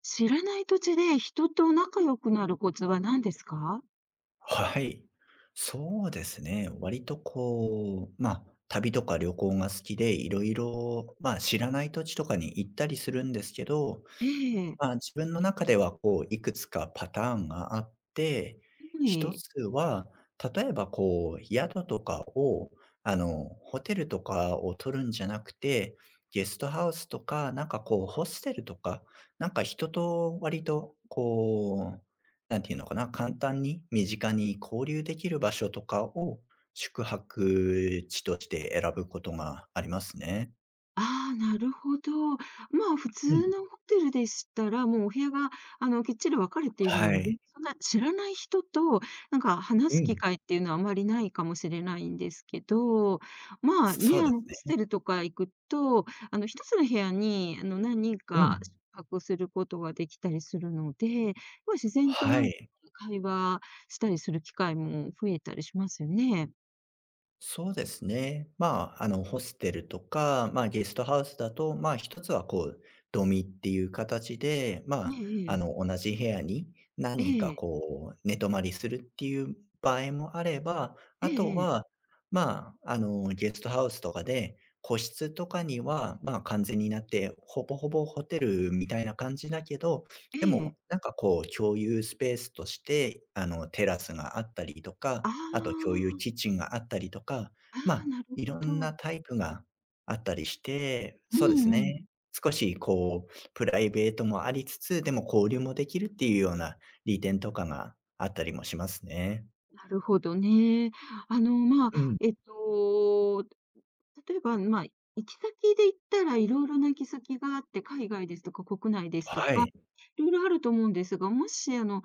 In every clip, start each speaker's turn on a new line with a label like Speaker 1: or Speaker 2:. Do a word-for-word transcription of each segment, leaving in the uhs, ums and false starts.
Speaker 1: 知らない土地で人と仲良くなるコツは何ですか？
Speaker 2: はい。そうですね。割とこう、まあ、旅とか旅行が好きで、いろいろ、まあ、知らない土地とかに行ったりするんですけど、
Speaker 1: ええ、
Speaker 2: まあ、自分の中ではこういくつかパターンがあって、
Speaker 1: は
Speaker 2: 一
Speaker 1: い。
Speaker 2: つは、例えばこう宿とかを、あの、ホテルとかを取るんじゃなくて、ゲストハウスとか、なんかこうホステルとか、なんか人と割とこう、なんていうのかな、簡単に身近に交流できる場所とかを宿泊地として選ぶことがありますね。
Speaker 1: ああ、なるほど。まあ、普
Speaker 2: う
Speaker 1: 通
Speaker 2: ん、
Speaker 1: のホテルでしたら、もうお部屋が、あの、きっちり分かれている
Speaker 2: は
Speaker 1: ので、
Speaker 2: い。
Speaker 1: そんな知らない人と、なんか
Speaker 2: う
Speaker 1: 話す機
Speaker 2: ん、
Speaker 1: 会っていうのはあまりないかもしれないんですけど、まあ
Speaker 2: そ
Speaker 1: ね、
Speaker 2: うで
Speaker 1: あ
Speaker 2: す
Speaker 1: の、ホス
Speaker 2: ね。
Speaker 1: テルとか行くと、あの、一つの部屋に、あの、何人
Speaker 2: う
Speaker 1: か
Speaker 2: ん。
Speaker 1: 宿泊することができたりするので、まあ、自然と
Speaker 2: は
Speaker 1: なんか
Speaker 2: い。
Speaker 1: 会話したりする機会も増えたりしますよね。
Speaker 2: そうですね。まあ、あの、ホステルとか、まあ、ゲストハウスだと、まあ、一つはこう、ドミっていう形で、ま
Speaker 1: ね
Speaker 2: あ、
Speaker 1: ええ
Speaker 2: あの、
Speaker 1: え。
Speaker 2: 同じ部屋に何
Speaker 1: え
Speaker 2: 人か
Speaker 1: えええ
Speaker 2: こう、寝泊まりするっていう場合もあれば、
Speaker 1: え
Speaker 2: あと
Speaker 1: え。
Speaker 2: は、まあ、あの、ゲストハウスとかで、個室とかには、まあ、完全になって、ほぼほぼホテルみたいな感じだけど、
Speaker 1: え
Speaker 2: でも、
Speaker 1: え。
Speaker 2: なんかこう、共有スペースとして、あの、テラスがあったりとか、
Speaker 1: あ
Speaker 2: あと共有
Speaker 1: あ。
Speaker 2: キッチンがあったりとか、
Speaker 1: あ
Speaker 2: ま
Speaker 1: あ、
Speaker 2: あ、
Speaker 1: なる
Speaker 2: い
Speaker 1: ほ
Speaker 2: ろんな
Speaker 1: ど。
Speaker 2: タイプがあったりして、
Speaker 1: う
Speaker 2: そうです
Speaker 1: んう
Speaker 2: ね。
Speaker 1: ん。
Speaker 2: 少しこう、プライベートもありつつ、でも交流もできるっていうような利点とかがあったりもしますね。
Speaker 1: なるほどね。あの、ま
Speaker 2: う
Speaker 1: あ、
Speaker 2: ん。
Speaker 1: えっと、例えば、まあ、行き先で言ったらいろいろな行き先があって、海外ですとか国内ですと
Speaker 2: は
Speaker 1: か、
Speaker 2: い。
Speaker 1: いろいろあると思うんですが、もし、あの、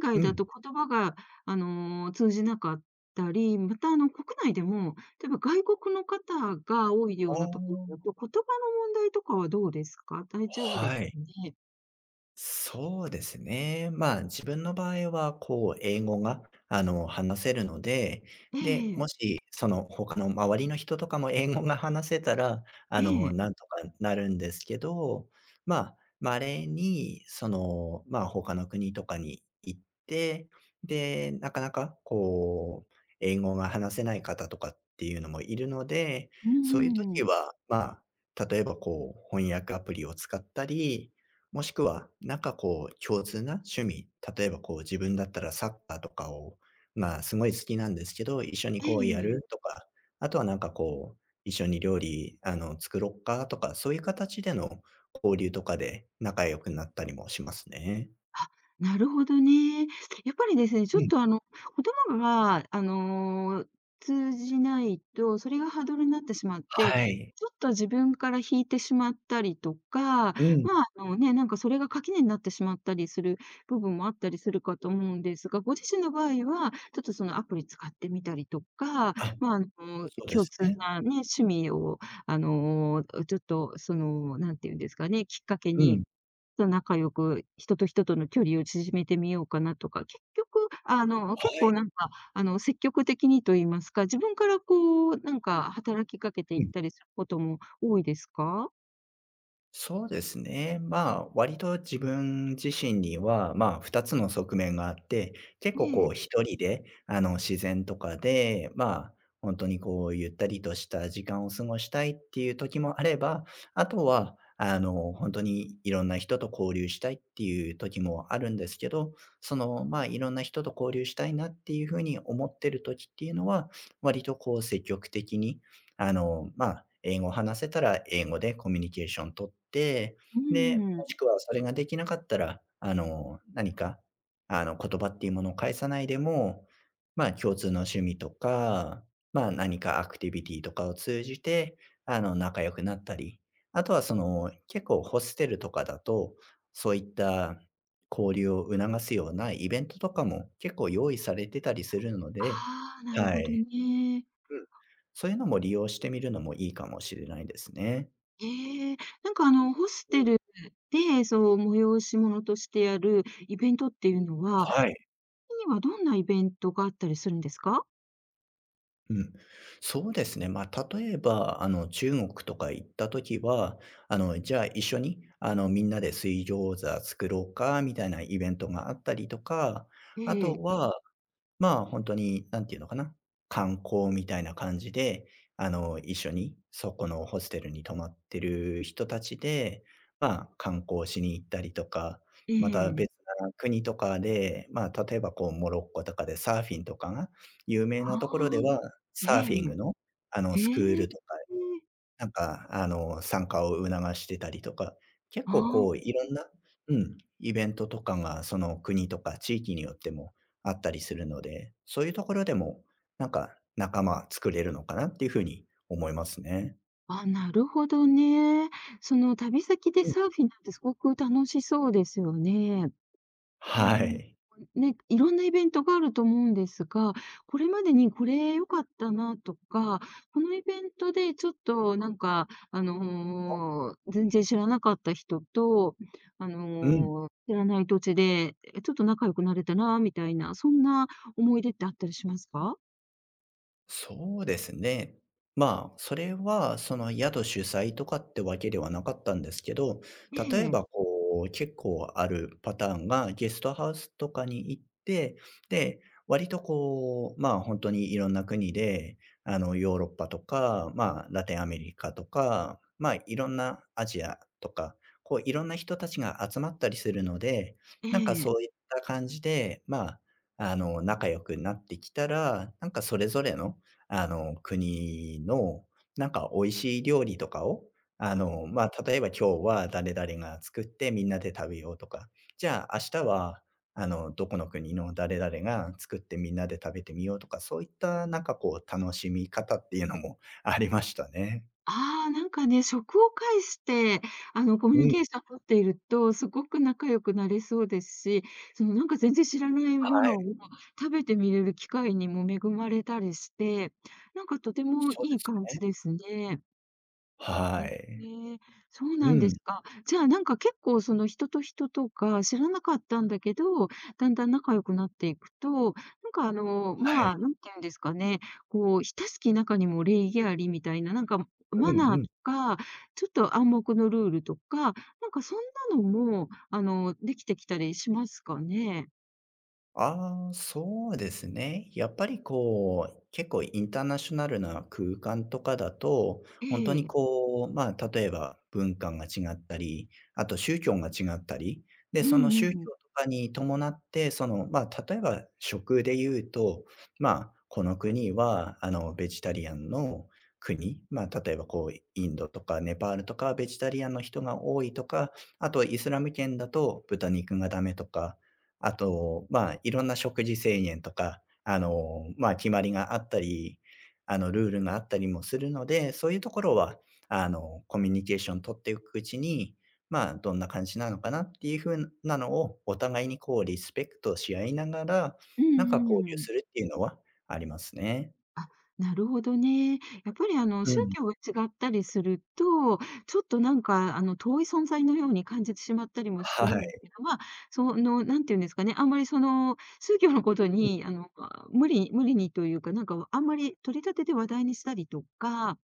Speaker 1: 海
Speaker 2: う
Speaker 1: 外だと
Speaker 2: ん。
Speaker 1: 言葉が、あの、通じなかったり、また、あの、国内でも、例えば外国の方が多いよ
Speaker 2: あ
Speaker 1: うな
Speaker 2: あ、
Speaker 1: ところだと、言葉の問題とかはどうですか？大丈夫です
Speaker 2: は
Speaker 1: か
Speaker 2: い。
Speaker 1: ね？
Speaker 2: そうですね。まあ、自分の場合は、こう、英語が、あの、話せるので、
Speaker 1: え
Speaker 2: で、
Speaker 1: えええ。
Speaker 2: もし、その、他の周りの人とかも英語が話せたら、あの、なんとかなるんですけど、まあ、稀に、その、まあ、他の国とかに行って、で、なかなか、こう、英語が話せない方とかっていうのもいるので、
Speaker 1: うん
Speaker 2: そういう
Speaker 1: うんう
Speaker 2: 時
Speaker 1: ん。
Speaker 2: は、まあ、例えば、こう、翻訳アプリを使ったり、もしくは、なんかこう共通な趣味、例えばこう自分だったらサッカーとかを、まあ、すごい好きなんですけど、一緒に
Speaker 1: え
Speaker 2: こうや
Speaker 1: え。
Speaker 2: るとか、あとはなんかこう、一緒に料理、あの、作ろっかとか、そういう形での交流とかで仲良くなったりもしますね。
Speaker 1: なるほどね。やっぱりですね、ちょ
Speaker 2: う
Speaker 1: っ
Speaker 2: ん、
Speaker 1: とあの、言葉が、あの、通じないと、それがハードルになってしまって、
Speaker 2: はい。
Speaker 1: ちょっと自分から引いてしまったりとか、まあ、
Speaker 2: うん。
Speaker 1: あのね、なんかそれが垣根になってしまったりする部分もあったりするかと思うんですが、ご自身の場合は、ちょっとそのアプリ使ってみたりとか、
Speaker 2: あ、
Speaker 1: まあ、あの、
Speaker 2: そうで
Speaker 1: 共
Speaker 2: す
Speaker 1: 通
Speaker 2: ね。
Speaker 1: なね、趣味を、あの、ちょっとその、なんていうんですかね、きっかけ
Speaker 2: う
Speaker 1: に
Speaker 2: ん。
Speaker 1: と仲良く、人と人との距離を縮めてみようかなとか、結局、あの、
Speaker 2: は
Speaker 1: 結構
Speaker 2: い。
Speaker 1: なんか、あの、積極的にと言いますか、自分からこう、なんか働きかけてい
Speaker 2: う
Speaker 1: っ
Speaker 2: ん。
Speaker 1: たりすることも多いですか？
Speaker 2: そうですね。まあ、割と自分自身には、まあ、ふたつの側面があって、結
Speaker 1: え
Speaker 2: 構こう
Speaker 1: え、
Speaker 2: 一人で、あの、自然とかで、まあ、本当にこうゆったりとした時間を過ごしたいっていう時もあれば、あとは、あの、本当にいろんな人と交流したいっていう時もあるんですけど、その、まあ、いろんな人と交流したいなっていうふうに思ってる時っていうのは、割とこう積極的にあの、まあ、英語を話せたら英語でコミュニケーション取って、
Speaker 1: う
Speaker 2: で、も
Speaker 1: ん。
Speaker 2: しくはそれができなかったら、あの、何か、あの、言葉っていうものを返さないでも、まあ、共通の趣味とか、まあ、何かアクティビティとかを通じて、あの、仲良くなったり、あとはその、結構ホステルとかだと、そういった交流を促すようなイベントとかも結構用意されてたりするので。
Speaker 1: ああ、なる
Speaker 2: は
Speaker 1: ほど
Speaker 2: い。
Speaker 1: ね。
Speaker 2: うん。そういうのも利用してみるのもいいかもしれないですね。
Speaker 1: ええ、なんかあの、ホス
Speaker 2: うん。
Speaker 1: テルで、そう、催し物としてやるイベントっていうのは、
Speaker 2: はい。
Speaker 1: にはどんなイベントがあったりするんですか？
Speaker 2: うん。そうですね。まあ、例えば、あの、中国とか行ったときは、あの、じゃあ一緒に、あの、みんなで水餃子作ろうかみたいなイベントがあったりとか、
Speaker 1: え
Speaker 2: あ
Speaker 1: え、
Speaker 2: とはまあ、本当に、何ていうのかな、観光みたいな感じで、あの、一緒にそこのホステルに泊まってる人たちで、まあ、観光しに行ったりとか、
Speaker 1: え
Speaker 2: また
Speaker 1: え。
Speaker 2: 別な国とかで、まあ、例えばこうモロッコとかでサーフィンとかが有
Speaker 1: あ
Speaker 2: 名なところでは、
Speaker 1: あ。え
Speaker 2: サーフィン
Speaker 1: え
Speaker 2: グの、あの、
Speaker 1: ええああえ
Speaker 2: スクー
Speaker 1: えええ。
Speaker 2: ルとかなんか、あの、参加を促してたりとか、結構こう
Speaker 1: あ
Speaker 2: いろんな、うん、イベントとかがその国とか地域によってもあったりするので、そういうところでも、なんか仲間作れるのかなっていうふうに思いますね。
Speaker 1: あ、あ、なるほどね。その旅先で
Speaker 2: うん。
Speaker 1: サーフィンなんてすごく楽しそうですよね。あ
Speaker 2: は
Speaker 1: の、
Speaker 2: い。
Speaker 1: ね、いろんなイベントがあると思うんですが、これまでにこれ良かったなとか、このイベントでちょっとなんか、あの、全然知らなかった人と、あ
Speaker 2: うん。
Speaker 1: の、知らない土地で、え、ちょっと仲良くなれたなみたいな、そんな思い出ってあったりしますか？
Speaker 2: そうですね。まあ、それはその宿主催とかってわけではなかったんですけど、
Speaker 1: え
Speaker 2: 例え
Speaker 1: え、
Speaker 2: ばこう、結構あるパターンがゲストハウスとかに行って、で、割とこう、まあ、本当にいろんな国で、あの、ヨーロッパとか、まあ、ラテンアメリカとか、まあ、いろんなアジアとか、こういろんな人たちが集まったりするので、
Speaker 1: え
Speaker 2: なんか
Speaker 1: え。
Speaker 2: そういった感じで、まあ、あの、仲良くなってきたら、なんかそれぞれのあの、国のなんか美味しい料理とかを、あの、ま、あ例えば今日は誰々が作ってみんなで食べようとか、じゃあ明日は、あの、どこの国の誰々が作ってみんなで食べてみようとか、そういったなんかこう楽しみ方っていうのも ありましたね。
Speaker 1: ああ、なんかね、食を介して、あの、コミュ
Speaker 2: う
Speaker 1: ニ
Speaker 2: ん、
Speaker 1: ケーション取っていると、すごく仲良くなれそうですし、その、なんか全然知らないも
Speaker 2: はい、
Speaker 1: のを食べてみれる機会にも恵まれたりして、なんかとても
Speaker 2: そう
Speaker 1: い
Speaker 2: で
Speaker 1: い
Speaker 2: す
Speaker 1: 感じで
Speaker 2: ね。
Speaker 1: すね。え
Speaker 2: は
Speaker 1: え、
Speaker 2: い。
Speaker 1: ねそう
Speaker 2: う
Speaker 1: なんで
Speaker 2: ん、
Speaker 1: すか。じゃあ、なんか結構その人と人とか知らなかったんだけど、だんだん仲良くなっていくと、なんかあの、
Speaker 2: は
Speaker 1: ま
Speaker 2: い。
Speaker 1: あ、なんて言うんですかね、こう、親しき中にも礼儀ありみたいな、なんか
Speaker 2: うんう
Speaker 1: マナー
Speaker 2: ん。
Speaker 1: とか、ちょっと暗黙のルールとか、なんかそんなのも、あの、できてきたりしますかね？
Speaker 2: ああ、そうですね。やっぱりこう、結構インターナショナルな空間とかだと、
Speaker 1: え
Speaker 2: 本当に
Speaker 1: え。
Speaker 2: こう、まあ、例えば文化が違ったり、あと宗教が違ったり、で、
Speaker 1: う
Speaker 2: その
Speaker 1: ん
Speaker 2: 宗教
Speaker 1: うん。
Speaker 2: とかに伴って、その、まあ、例えば食で言うと、まあ、この国は、あの、ベジタリアンの国、まあ、例えばこう、インドとかネパールとかベジタリアンの人が多いとか、あとイスラム圏だと豚肉がダメとか、あと、まあ、いろんな食事制限とか、あの、まあ、決まりがあったり、あの、ルールがあったりもするので、そういうところは、あの、コミュニケーション取っていくうちに、まあ、どんな感じなのかなっていうふうなのを、お互いにこうリスペクトし合いながら、
Speaker 1: うん
Speaker 2: なんか交
Speaker 1: うんう
Speaker 2: 流
Speaker 1: ん。
Speaker 2: するっていうのはありますね。
Speaker 1: あ、なるほどね。やっぱりあの、
Speaker 2: う
Speaker 1: 宗
Speaker 2: ん。
Speaker 1: 教が違ったりすると、ちょっとなんかあの、遠い存在のように感じてしまったりもす
Speaker 2: は
Speaker 1: るんで
Speaker 2: い。
Speaker 1: すけど、まあ、その、なんていうんですかね、あんまりその、宗教のことに、あの、まあ無理無理にというか、なんかあんまり取り立てて話題にしたりとか、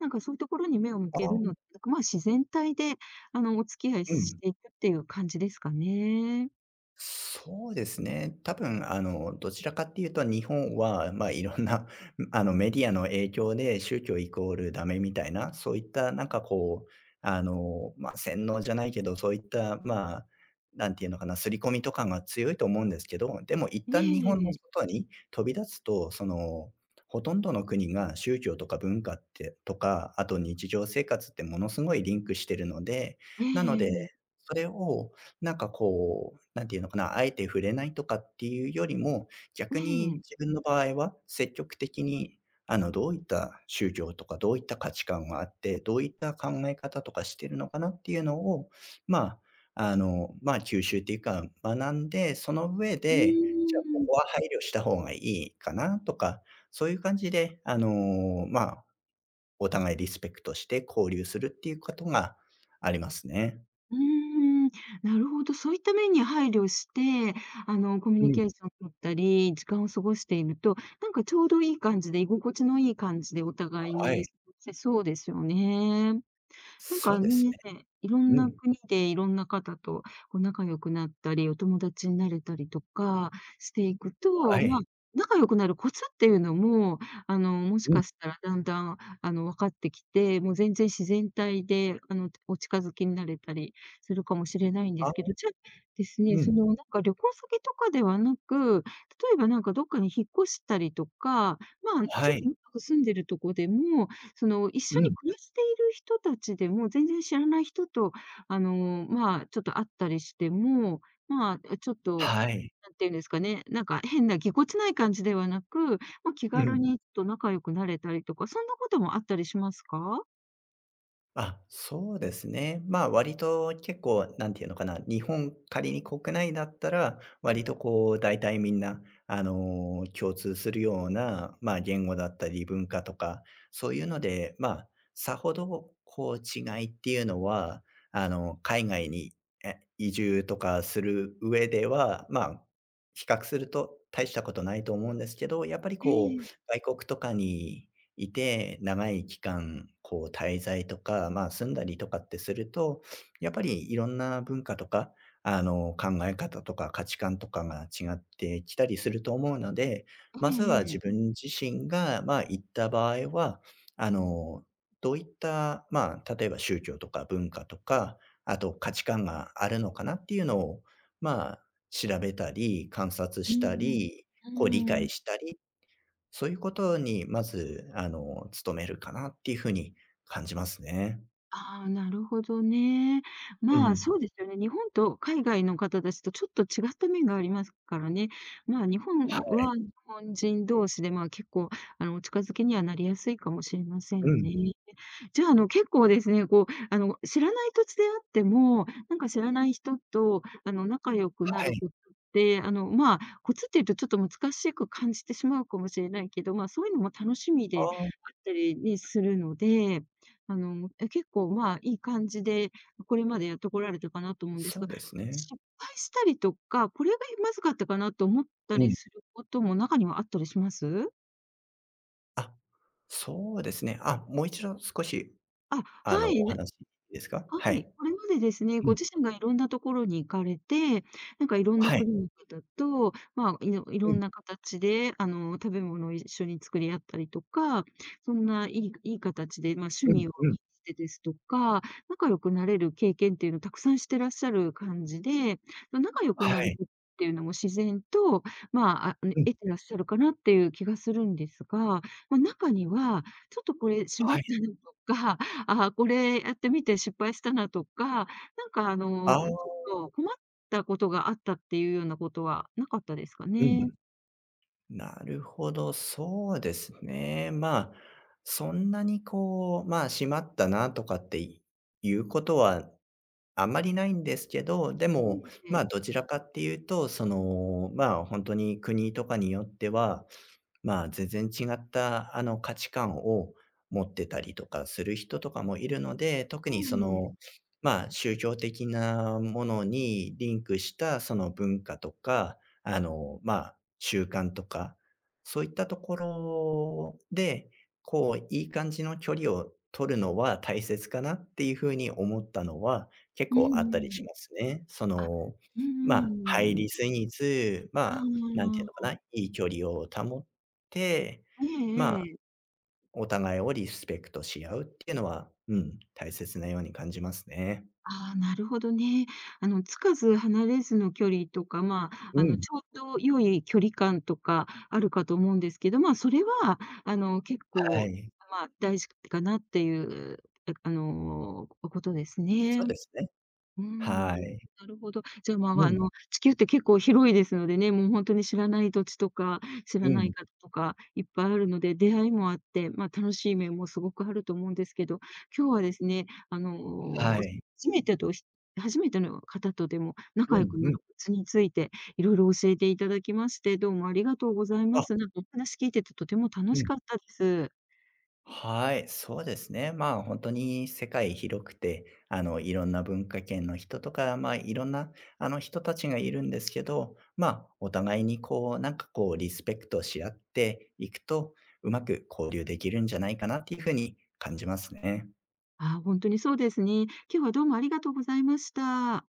Speaker 1: なんかそういうところに目を向けるの
Speaker 2: あ、
Speaker 1: でまあ、自然体であの、お付き合い
Speaker 2: う
Speaker 1: し
Speaker 2: ん。
Speaker 1: ていくっていう感じですかね。
Speaker 2: そうですね。多分、あの、どちらかっていうと、日本は、まあ、いろんな、あの、メディアの影響で、宗教イコールダメみたいな、そういった、なんかこう、あの、まあ、洗脳じゃないけど、そういった、まあ、なんていうのかな、刷り込みとかが強いと思うんですけど、でも、一
Speaker 1: え
Speaker 2: 旦日本の
Speaker 1: え、
Speaker 2: 外に飛び立つと、その、ほとんどの国が宗教とか文化ってとか、あと日常生活ってものすごいリンクしてるので、
Speaker 1: え
Speaker 2: なので、
Speaker 1: え、
Speaker 2: それをなんかこう、なんていうのかな、あえて触れないとかっていうよりも、
Speaker 1: え
Speaker 2: 逆に自
Speaker 1: え。
Speaker 2: 分の場合は積極的に、あの、どういった宗教とか、どういった価値観があって、どういった考え方とかしてるのかなっていうのを、まあ、あの、まあ、吸収っていうか、学んで、その上
Speaker 1: う
Speaker 2: で、じゃあ、こ
Speaker 1: ーん。
Speaker 2: こは配慮した方がいいかなとか、そういう感じで、あの、まあ、お互いリスペクトして交流するっていうことがありますね。
Speaker 1: うーん、なるほど。そういった面に配慮して、あの、コミュ
Speaker 2: う
Speaker 1: ニ
Speaker 2: ん、
Speaker 1: ケーション取ったり、時間を過ごしていると、なんかちょうどいい感じで、居心地のいい感じでお互い
Speaker 2: はい。
Speaker 1: に過ごせそうですよね。なん
Speaker 2: そ
Speaker 1: か
Speaker 2: うです
Speaker 1: ね、いろ
Speaker 2: ね。
Speaker 1: ん
Speaker 2: う
Speaker 1: な
Speaker 2: ん、
Speaker 1: 国でいろんな方とこう仲良くなったり、お友達になれたりとかしていく
Speaker 2: は
Speaker 1: と、まあ、
Speaker 2: い。
Speaker 1: 仲良くなるコツっていうのも、あの、もし
Speaker 2: うん、
Speaker 1: かしたらだんだん、あの、分かってきて、もう全然自然体で、あの、お近づきになれたりするかもしれないんで
Speaker 2: あ、
Speaker 1: すけど、じゃあですね、
Speaker 2: う
Speaker 1: そ
Speaker 2: ん、
Speaker 1: の、なんか旅行先とかではなく、例えばなんかどっかに引っ越したりとか、まあ、ち
Speaker 2: は
Speaker 1: ょっと
Speaker 2: い。
Speaker 1: 長く住んでるとこでも、その、一
Speaker 2: う
Speaker 1: 緒に
Speaker 2: ん、
Speaker 1: 暮らしている人たちでも、全然知らない人と、あの、まあ、ちょっと会ったりしても、まあ、ちょっと、
Speaker 2: はい。
Speaker 1: なんていうんですかね、なんか変なぎこちない感じではなく、まあ、気
Speaker 2: う
Speaker 1: 軽
Speaker 2: ん。
Speaker 1: にちょっと仲良くなれたりとか、そんなこともあったりしますか？
Speaker 2: あ、そうですね。まあ、割と結構、なんていうのかな、日本、仮に国内だったら、割とこう、大体みんな、あのー共通するような、まあ、言語だったり文化とか、そういうので、まあ、さほど、こう、違いっていうのは、あの、海外にえ移住とかする上では、まあ、比較すると大したことないと思うんですけど、やっぱり
Speaker 1: え
Speaker 2: こう、
Speaker 1: え。
Speaker 2: 外国とかにいて、長い期間、こう滞在とか、まあ、住んだりとかってすると、やっぱりいろんな文化とか、あの、考え方とか価値観とかが違ってきたりすると思うので、
Speaker 1: え
Speaker 2: まずは
Speaker 1: ええ
Speaker 2: 自
Speaker 1: え。
Speaker 2: 分自身が、まあ、行った場合は、あの、どういった、まあ、例えば宗教とか文化とか、あと価値観があるのかなっていうのを、まあ、調べたり、観察
Speaker 1: う
Speaker 2: した
Speaker 1: んう
Speaker 2: り、こう理解
Speaker 1: ん。
Speaker 2: したりそういうことにまず、あの、努めるかなっていうふうに感じますね。
Speaker 1: ああ、なるほどね。
Speaker 2: う
Speaker 1: まあ、
Speaker 2: ん。
Speaker 1: そうですよね。日本と海外の方たちとちょっと違った面がありますからね。まあ、日本
Speaker 2: はい。
Speaker 1: は日本人同士で、まあ、結構、あの、お近づきにはなりやすいかもしれませ
Speaker 2: う
Speaker 1: ん
Speaker 2: ん。
Speaker 1: ね。じゃあ、あの、結構ですね、こう、あの、知らない土地であっても、なんか知らない人と、あの、仲良くな
Speaker 2: は
Speaker 1: る
Speaker 2: い。
Speaker 1: ことって、あの、まあ、コツっていうとちょっと難しく感じてしまうかもしれないけど、まあ、そういうのも楽しみ
Speaker 2: あ
Speaker 1: であっ
Speaker 2: あ、
Speaker 1: たりにするので、あの、え、結構、まあ、いい感じで、これまでやってこられたかなと思うんです
Speaker 2: そう
Speaker 1: が、
Speaker 2: ですね。
Speaker 1: 失敗したりとか、これがまずかったかなと思った
Speaker 2: う
Speaker 1: り
Speaker 2: ん。
Speaker 1: することも中にはあったりします？
Speaker 2: あ、そうですね。あ、もう一度少し、
Speaker 1: あ、
Speaker 2: あ
Speaker 1: は
Speaker 2: の、お
Speaker 1: い。
Speaker 2: 話いいですか？
Speaker 1: は
Speaker 2: は
Speaker 1: い、
Speaker 2: い。
Speaker 1: これまでですね、
Speaker 2: う
Speaker 1: ご
Speaker 2: ん。
Speaker 1: 自身がいろんなところに行かれて、なんかいろんな
Speaker 2: はい。
Speaker 1: 国の方と、まあ、いろいろ
Speaker 2: う
Speaker 1: ん
Speaker 2: ん。
Speaker 1: な形で、あの、食べ物を一緒に作り合ったりとか、そんないいいい形で、まあ、趣
Speaker 2: うん
Speaker 1: 味を
Speaker 2: う
Speaker 1: 活
Speaker 2: ん。
Speaker 1: かてですとか、仲良くなれる経験っていうのをたくさんしてらっしゃる感じで、ま仲良く
Speaker 2: は
Speaker 1: なるこ
Speaker 2: い。
Speaker 1: とっていうのも自然と、まあ、あ、ね
Speaker 2: うん。
Speaker 1: 得てらっしゃるかなっていう気がするんですが、まあ、中には、ちょっとこれしま
Speaker 2: は
Speaker 1: った
Speaker 2: い。
Speaker 1: なとか、ああ、これやってみて失敗したなとか、なんかあ
Speaker 2: ああ、
Speaker 1: の、ちょっと困ったことがあったっていうようなことはなかったですか
Speaker 2: うん。
Speaker 1: ね？
Speaker 2: なるほど、そうですね。まあ、そんなにこう、まあ、閉まったなとかっていうことはあんまりないんですけど、で
Speaker 1: え
Speaker 2: も、
Speaker 1: え、え
Speaker 2: ま
Speaker 1: え。
Speaker 2: あ、どちらかっていうと、その、まあ、本当に国とかによっては、まあ、全然違った、あの、価値観を持ってたりとかする人とかもいるので、特
Speaker 1: う
Speaker 2: にそ
Speaker 1: ん
Speaker 2: の、まあ、宗教的なものにリンクしたその文化とか、あの、まあ、習慣とか、そういったところで、こう、いい感じの距離を取るのは大切かなっていうふうに思ったのは、結
Speaker 1: う
Speaker 2: 構
Speaker 1: ん
Speaker 2: あったりし
Speaker 1: うん。
Speaker 2: ますね。そ
Speaker 1: あ、
Speaker 2: の、
Speaker 1: うん
Speaker 2: ま
Speaker 1: う
Speaker 2: あ、
Speaker 1: んう
Speaker 2: 入
Speaker 1: ん。
Speaker 2: りすぎず、
Speaker 1: あ
Speaker 2: まあ、なんていうのかな、
Speaker 1: あ、
Speaker 2: いい距離を保て、
Speaker 1: え
Speaker 2: ま
Speaker 1: え
Speaker 2: あ、
Speaker 1: ええ。
Speaker 2: お互いをリスペクトし合うっていうのは、うん、大切なように感じますね。
Speaker 1: ああ、なるほどね。あの、つかず離れずの距離とか、まあ、
Speaker 2: う
Speaker 1: あの、
Speaker 2: ん、
Speaker 1: ちょうど良い距離感とかあるかと思うんですけど、まあ、それはあの、結
Speaker 2: は
Speaker 1: 構、
Speaker 2: い。
Speaker 1: まあ、大事かなっていう、あの、ことです
Speaker 2: そう
Speaker 1: ね。
Speaker 2: ですね。
Speaker 1: うーん、
Speaker 2: は い。
Speaker 1: なるほど。じゃあ、ま
Speaker 2: う
Speaker 1: あ、あ
Speaker 2: ん、
Speaker 1: の、地球って結構広いですのでね、もう本当に知らない土地とか、知
Speaker 2: う
Speaker 1: らない
Speaker 2: ん、
Speaker 1: 方とかいっぱいあるので、出会いもあって、まあ、楽しい面もすごくあると思うんですけど、今日はですね、あの、
Speaker 2: はい。
Speaker 1: 初めてとし初めての方とでも
Speaker 2: う
Speaker 1: 仲良
Speaker 2: ん、
Speaker 1: く
Speaker 2: う
Speaker 1: な
Speaker 2: ん。
Speaker 1: るコツについていろいろ教えていただきまして、どうもありがとうございま
Speaker 2: あ、
Speaker 1: す。なんかお話聞いててとても楽
Speaker 2: う
Speaker 1: し
Speaker 2: ん。
Speaker 1: かったです。
Speaker 2: はい、そうですね。まあ、本当に世界広くて、あの、いろんな文化圏の人とか、まあ、いろんな、あの、人たちがいるんですけど、まあ、お互いにこう、なんかこう、リスペクトし合っていくと、うまく交流できるんじゃないかなっていうふうに感じますね。
Speaker 1: ああ、本当にそうですね。今日はどうもありがとうございました。